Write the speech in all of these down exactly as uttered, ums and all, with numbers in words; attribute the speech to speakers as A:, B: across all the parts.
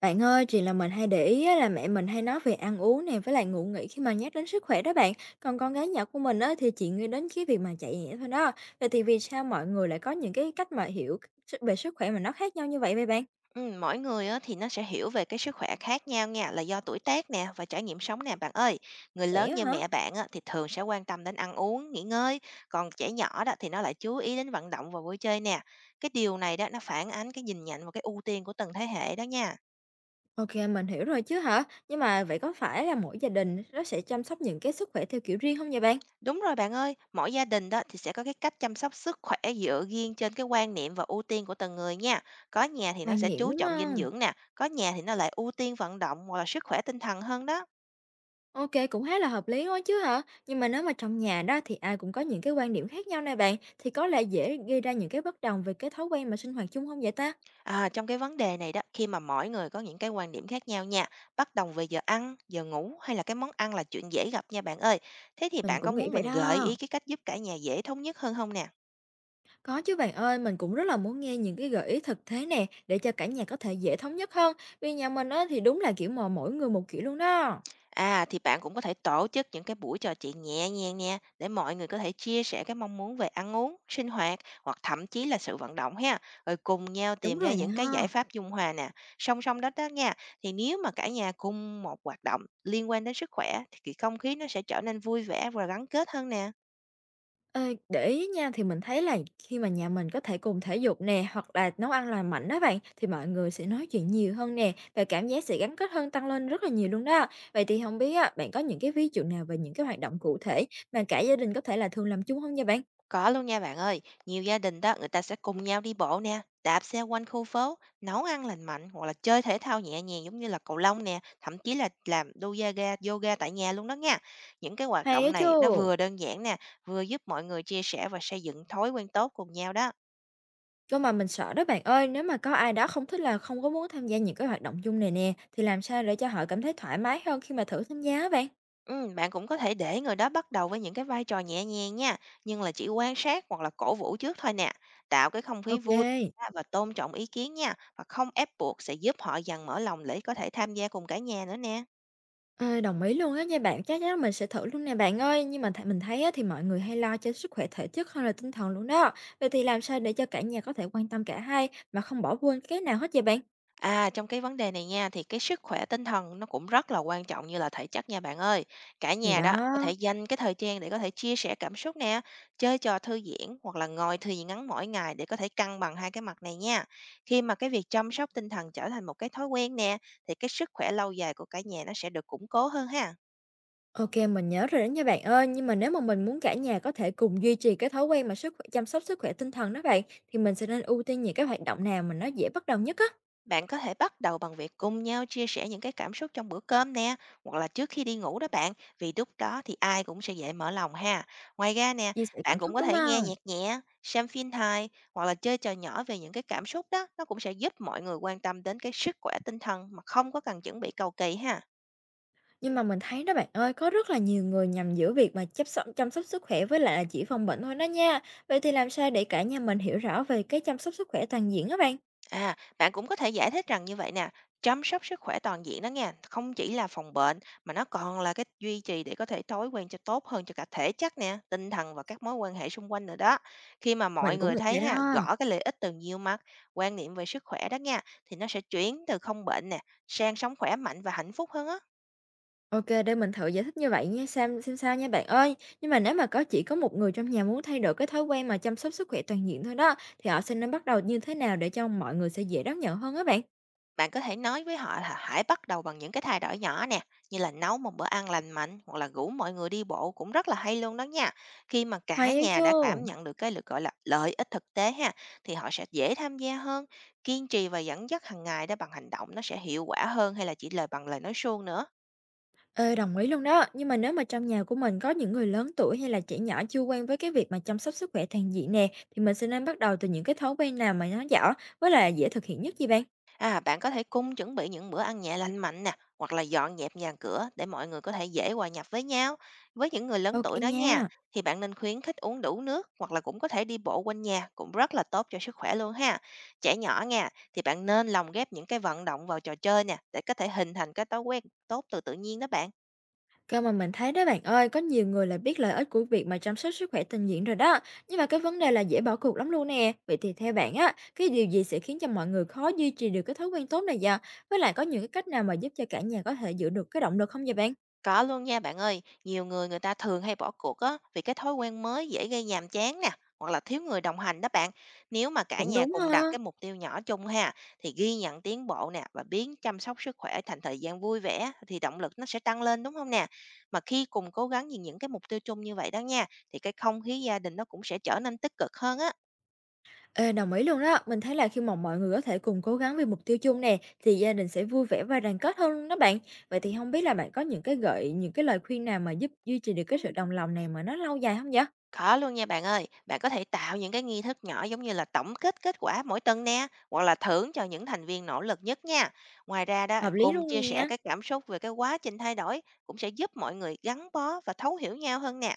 A: Bạn ơi, chuyện là mình hay để ý á, là mẹ mình hay nói về ăn uống nè với lại ngủ nghỉ khi mà nhắc đến sức khỏe đó bạn. Còn con gái nhỏ của mình á, thì chỉ nghĩ đến cái việc mà chạy nhẹ thôi đó. Vậy thì vì sao mọi người lại có những cái cách mà hiểu sức- về sức khỏe mà nó khác nhau như vậy vậy bạn?
B: Ừm, mỗi người á, thì nó sẽ hiểu về cái sức khỏe khác nhau nha, là do tuổi tác nè và trải nghiệm sống nè bạn ơi. Người
A: Khỏe
B: lớn
A: á
B: như
A: hả?
B: mẹ bạn á, thì thường sẽ quan tâm đến ăn uống, nghỉ ngơi, còn trẻ nhỏ đó thì nó lại chú ý đến vận động và vui chơi nè. Cái điều này đó nó phản ánh cái nhìn nhận và cái ưu tiên của từng thế hệ đó nha.
A: Ok, mình hiểu rồi chứ hả? Nhưng mà vậy có phải là mỗi gia đình nó sẽ chăm sóc những cái sức khỏe theo kiểu riêng không vậy bạn?
B: Đúng rồi bạn ơi, mỗi gia đình đó thì sẽ có cái cách chăm sóc sức khỏe dựa riêng trên cái quan niệm và ưu tiên của từng người nha. Có nhà thì nó
A: Quan
B: sẽ
A: niệm
B: chú
A: đúng
B: trọng dinh
A: không?
B: dưỡng nè, có nhà thì nó lại ưu tiên vận động hoặc là sức khỏe tinh thần hơn đó.
A: Ok, cũng khá là hợp lý quá chứ hả? Nhưng mà nếu mà trong nhà đó thì ai cũng có những cái quan điểm khác nhau này bạn, thì có lẽ dễ gây ra những cái bất đồng về cái thói quen mà sinh hoạt chung không vậy ta?
B: À, trong cái vấn đề này đó, khi mà mỗi người có những cái quan điểm khác nhau nha, bất đồng về giờ ăn, giờ ngủ hay là cái món ăn là chuyện dễ gặp nha bạn ơi. Thế thì
A: Mình
B: bạn có
A: cũng nghĩ
B: muốn
A: vậy
B: mình gợi ý
A: đó.
B: cái cách giúp cả nhà dễ thống nhất hơn không nè?
A: Có chứ bạn ơi, mình cũng rất là muốn nghe những cái gợi ý thực tế nè, để cho cả nhà có thể dễ thống nhất hơn. Vì nhà mình á thì đúng là kiểu mà mỗi người một kiểu luôn đó.
B: À, thì bạn cũng có thể tổ chức những cái buổi trò chuyện nhẹ nhàng nha, để mọi người có thể chia sẻ cái mong muốn về ăn uống, sinh hoạt hoặc thậm chí là sự vận động ha. Rồi cùng nhau
A: Đúng
B: tìm ra
A: rồi
B: những cái giải
A: đó.
B: pháp dung hòa nè. Song song đó đó nha, thì nếu mà cả nhà cùng một hoạt động liên quan đến sức khỏe thì cái không khí nó sẽ trở nên vui vẻ và gắn kết hơn nè.
A: Ê, để ý nha, thì mình thấy là khi mà nhà mình có thể cùng thể dục nè hoặc là nấu ăn lành mạnh đó bạn, thì mọi người sẽ nói chuyện nhiều hơn nè và cảm giác sự gắn kết hơn tăng lên rất là nhiều luôn đó. Vậy thì không biết á, bạn có những cái ví dụ nào về những cái hoạt động cụ thể mà cả gia đình có thể là thường làm chung không nha bạn?
B: Có luôn nha bạn ơi, nhiều gia đình đó người ta sẽ cùng nhau đi bộ nè, đạp xe quanh khu phố, nấu ăn lành mạnh hoặc là chơi thể thao nhẹ nhàng giống như là cầu lông nè, thậm chí là làm đu yoga, yoga tại nhà luôn đó nha. Những cái hoạt
A: Hay
B: động
A: á chứ.
B: này nó vừa đơn giản nè, vừa giúp mọi người chia sẻ và xây dựng thói quen tốt cùng nhau đó.
A: Cơ mà mình sợ đó bạn ơi, nếu mà có ai đó không thích, là không có muốn tham gia những cái hoạt động chung này nè, thì làm sao để cho họ cảm thấy thoải mái hơn khi mà thử tham gia á bạn?
B: Ừm, bạn cũng có thể để người đó bắt đầu với những cái vai trò nhẹ nhàng nha, nhưng là chỉ quan sát hoặc là cổ vũ trước thôi nè. Tạo cái không khí vui
A: Ok.
B: á, và tôn trọng ý kiến nha, và không ép buộc sẽ giúp họ dần mở lòng để có thể tham gia cùng cả nhà nữa nè.
A: Ờ, đồng ý luôn á nha bạn, chắc chắn là mình sẽ thử luôn nè bạn ơi. Nhưng mà th mình thấy á, thì mọi người hay lo cho sức khỏe thể chất hơn là tinh thần luôn đó. Vậy thì làm sao để cho cả nhà có thể quan tâm cả hai mà không bỏ quên cái nào hết vậy bạn?
B: À, trong cái vấn đề này nha, thì cái sức khỏe tinh thần nó cũng rất là quan trọng như là thể chất nha bạn ơi. Cả
A: Thì
B: nhà
A: đó,
B: đó có thể dành cái thời gian để có thể chia sẻ cảm xúc nè, chơi trò thư giãn hoặc là ngồi thư giãn ngắn mỗi ngày để có thể cân bằng hai cái mặt này nha. Khi mà cái việc chăm sóc tinh thần trở thành một cái thói quen nè, thì cái sức khỏe lâu dài của cả nhà nó sẽ được củng cố hơn ha.
A: ok mình nhớ rồi đó nha bạn ơi. Nhưng mà nếu mà mình muốn cả nhà có thể cùng duy trì cái thói quen mà sức khỏe, chăm sóc sức khỏe tinh thần đó bạn, thì mình sẽ nên ưu tiên những cái hoạt động nào mà nó dễ bắt đầu nhất á,
B: Bạn có thể bắt đầu bằng việc cùng nhau chia sẻ những cái cảm xúc trong bữa cơm nè, hoặc là trước khi đi ngủ đó bạn, vì lúc đó thì ai cũng sẽ dễ mở lòng ha. Ngoài ra nè,
A: chia sẻ cảm
B: bạn cũng
A: xúc
B: có
A: đúng
B: thể nghe
A: không?
B: nhạc nhẹ, xem phim hài hoặc là chơi trò nhỏ về những cái cảm xúc đó, nó cũng sẽ giúp mọi người quan tâm đến cái sức khỏe tinh thần mà không có cần chuẩn bị cầu kỳ ha.
A: Nhưng mà mình thấy đó bạn ơi, có rất là nhiều người nhầm giữa việc mà chăm sóc chăm sóc sức khỏe với lại là chỉ phòng bệnh thôi đó nha. Vậy thì làm sao để cả nhà mình hiểu rõ về cái chăm sóc sức khỏe toàn diện đó bạn?
B: À, bạn cũng có thể giải thích rằng như vậy nè, chăm sóc sức khỏe toàn diện đó nha, không chỉ là phòng bệnh mà nó còn là cái duy trì để có thể thói quen cho tốt hơn cho cả thể chất nè, tinh thần và các mối quan hệ xung quanh nữa đó. Khi mà mọi
A: Mình cũng
B: người
A: nghĩ
B: thấy
A: vậy
B: ha,
A: đó.
B: gõ cái lợi ích từ nhiều mặt, quan niệm về sức khỏe đó nha, thì nó sẽ chuyển từ không bệnh nè, sang sống khỏe mạnh và hạnh phúc hơn á.
A: Ok, để mình thử giải thích như vậy nha, xem xem sao nha bạn ơi. Nhưng mà nếu mà có chỉ có một người trong nhà muốn thay đổi cái thói quen mà chăm sóc sức khỏe toàn diện thôi đó, thì họ sẽ nên bắt đầu như thế nào để cho mọi người sẽ dễ đón nhận hơn á bạn?
B: Bạn có thể nói với họ là hãy bắt đầu bằng những cái thay đổi nhỏ nè, như là nấu một bữa ăn lành mạnh hoặc là rủ mọi người đi bộ cũng rất là hay luôn đó nha. Khi mà cả
A: Hay á
B: nhà
A: chứ?
B: đã cảm nhận được cái lực gọi là lợi ích thực tế ha, thì họ sẽ dễ tham gia hơn, kiên trì và dẫn dắt hàng ngày đó bằng hành động nó sẽ hiệu quả hơn hay là chỉ lời bằng lời nói suông nữa.
A: Ê, đồng ý luôn đó. Nhưng mà nếu mà trong nhà của mình có những người lớn tuổi hay là trẻ nhỏ chưa quen với cái việc mà chăm sóc sức khỏe toàn diện nè, thì mình sẽ nên bắt đầu từ những cái thói quen nào mà nó nhỏ với là dễ thực hiện nhất gì bạn?
B: À, bạn có thể cùng chuẩn bị những bữa ăn nhẹ lành mạnh nè, hoặc là dọn dẹp nhà cửa để mọi người có thể dễ hòa nhập với nhau. Với những người lớn
A: Ok
B: tuổi đó nha,
A: nha.
B: thì bạn nên khuyến khích uống đủ nước hoặc là cũng có thể đi bộ quanh nhà cũng rất là tốt cho sức khỏe luôn ha. Trẻ nhỏ nha, thì bạn nên lồng ghép những cái vận động vào trò chơi nè để có thể hình thành cái thói quen tốt từ tự nhiên đó bạn.
A: Cơ mà mình thấy đó bạn ơi, có nhiều người là biết lợi ích của việc mà chăm sóc sức khỏe toàn diện rồi đó. Nhưng mà cái vấn đề là dễ bỏ cuộc lắm luôn nè. Vậy thì theo bạn á, cái điều gì sẽ khiến cho mọi người khó duy trì được cái thói quen tốt này vậy? Với lại có những cái cách nào mà giúp cho cả nhà có thể giữ được cái động lực không vậy bạn?
B: Có luôn nha bạn ơi, nhiều người người ta thường hay bỏ cuộc á vì cái thói quen mới dễ gây nhàm chán nè, hoặc là thiếu người đồng hành đó bạn. Nếu mà cả
A: Cũng
B: nhà
A: đúng
B: cùng đặt cái
A: ha.
B: mục tiêu nhỏ chung ha thì ghi nhận tiến bộ nè và biến chăm sóc sức khỏe thành thời gian vui vẻ thì động lực nó sẽ tăng lên đúng không nè. Mà khi cùng cố gắng vì những cái mục tiêu chung như vậy đó nha thì cái không khí gia đình nó cũng sẽ trở nên tích cực hơn á.
A: Ê, đồng ý luôn đó. Mình thấy là khi mà mọi người có thể cùng cố gắng vì mục tiêu chung nè, thì gia đình sẽ vui vẻ và đoàn kết hơn luôn đó bạn. Vậy thì không biết là bạn có những cái gợi, những cái lời khuyên nào mà giúp duy trì được cái sự đồng lòng này mà nó lâu dài không vậy?
B: Có luôn nha bạn ơi, bạn có thể tạo những cái nghi thức nhỏ giống như là tổng kết kết quả mỗi tuần nè, hoặc là thưởng cho những thành viên nỗ lực nhất nha. Ngoài ra đó,
A: Hợp lý
B: cùng
A: luôn
B: chia sẻ
A: nha.
B: cái cảm xúc về cái quá trình thay đổi cũng sẽ giúp mọi người gắn bó và thấu hiểu nhau hơn nè.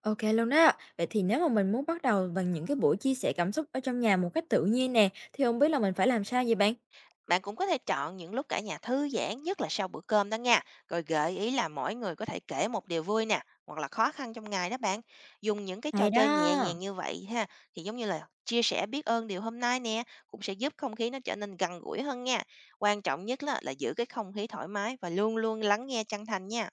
A: Ok luôn đó. Vậy thì nếu mà mình muốn bắt đầu bằng những cái buổi chia sẻ cảm xúc ở trong nhà một cách tự nhiên nè, thì không biết là mình phải làm sao vậy bạn?
B: Bạn cũng có thể chọn những lúc cả nhà thư giãn, nhất là sau bữa cơm đó nha. Rồi gợi ý là mỗi người có thể kể một điều vui nè, hoặc là khó khăn trong ngày đó bạn. Dùng những cái trò
A: Hay
B: chơi nhẹ
A: đó.
B: nhàng như vậy ha, thì giống như là chia sẻ biết ơn điều hôm nay nè, cũng sẽ giúp không khí nó trở nên gần gũi hơn nha. Quan trọng nhất là, là giữ cái không khí thoải mái và luôn luôn lắng nghe chân thành nha.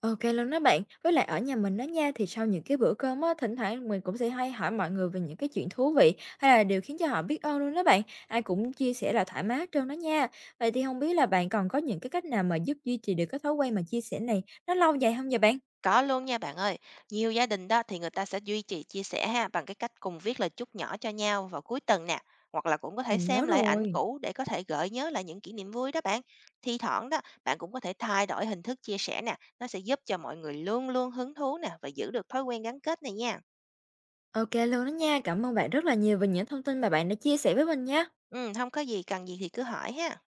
A: OK luôn đó bạn. Với lại ở nhà mình đó nha, thì sau những cái bữa cơm á, thỉnh thoảng mình cũng sẽ hay hỏi mọi người về những cái chuyện thú vị hay là điều khiến cho họ biết ơn luôn đó bạn. Ai cũng chia sẻ là thoải mái hết trơn đó nha. Vậy thì không biết là bạn còn có những cái cách nào mà giúp duy trì được cái thói quen mà chia sẻ này nó lâu dài không vậy bạn?
B: Có luôn nha bạn ơi. Nhiều gia đình đó thì người ta sẽ duy trì chia sẻ ha bằng cái cách cùng viết lời chúc nhỏ cho nhau vào cuối tuần nè, hoặc là cũng có thể
A: Mình
B: xem
A: nhớ
B: lại ảnh
A: rồi.
B: cũ để có thể gợi nhớ lại những kỷ niệm vui đó bạn. Thi thoảng đó, bạn cũng có thể thay đổi hình thức chia sẻ nè, nó sẽ giúp cho mọi người luôn luôn hứng thú nè và giữ được thói quen gắn kết này nha.
A: OK luôn đó nha. Cảm ơn bạn rất là nhiều về những thông tin mà bạn đã chia sẻ với mình nha.
B: Ừ, không có gì cần gì thì cứ hỏi ha.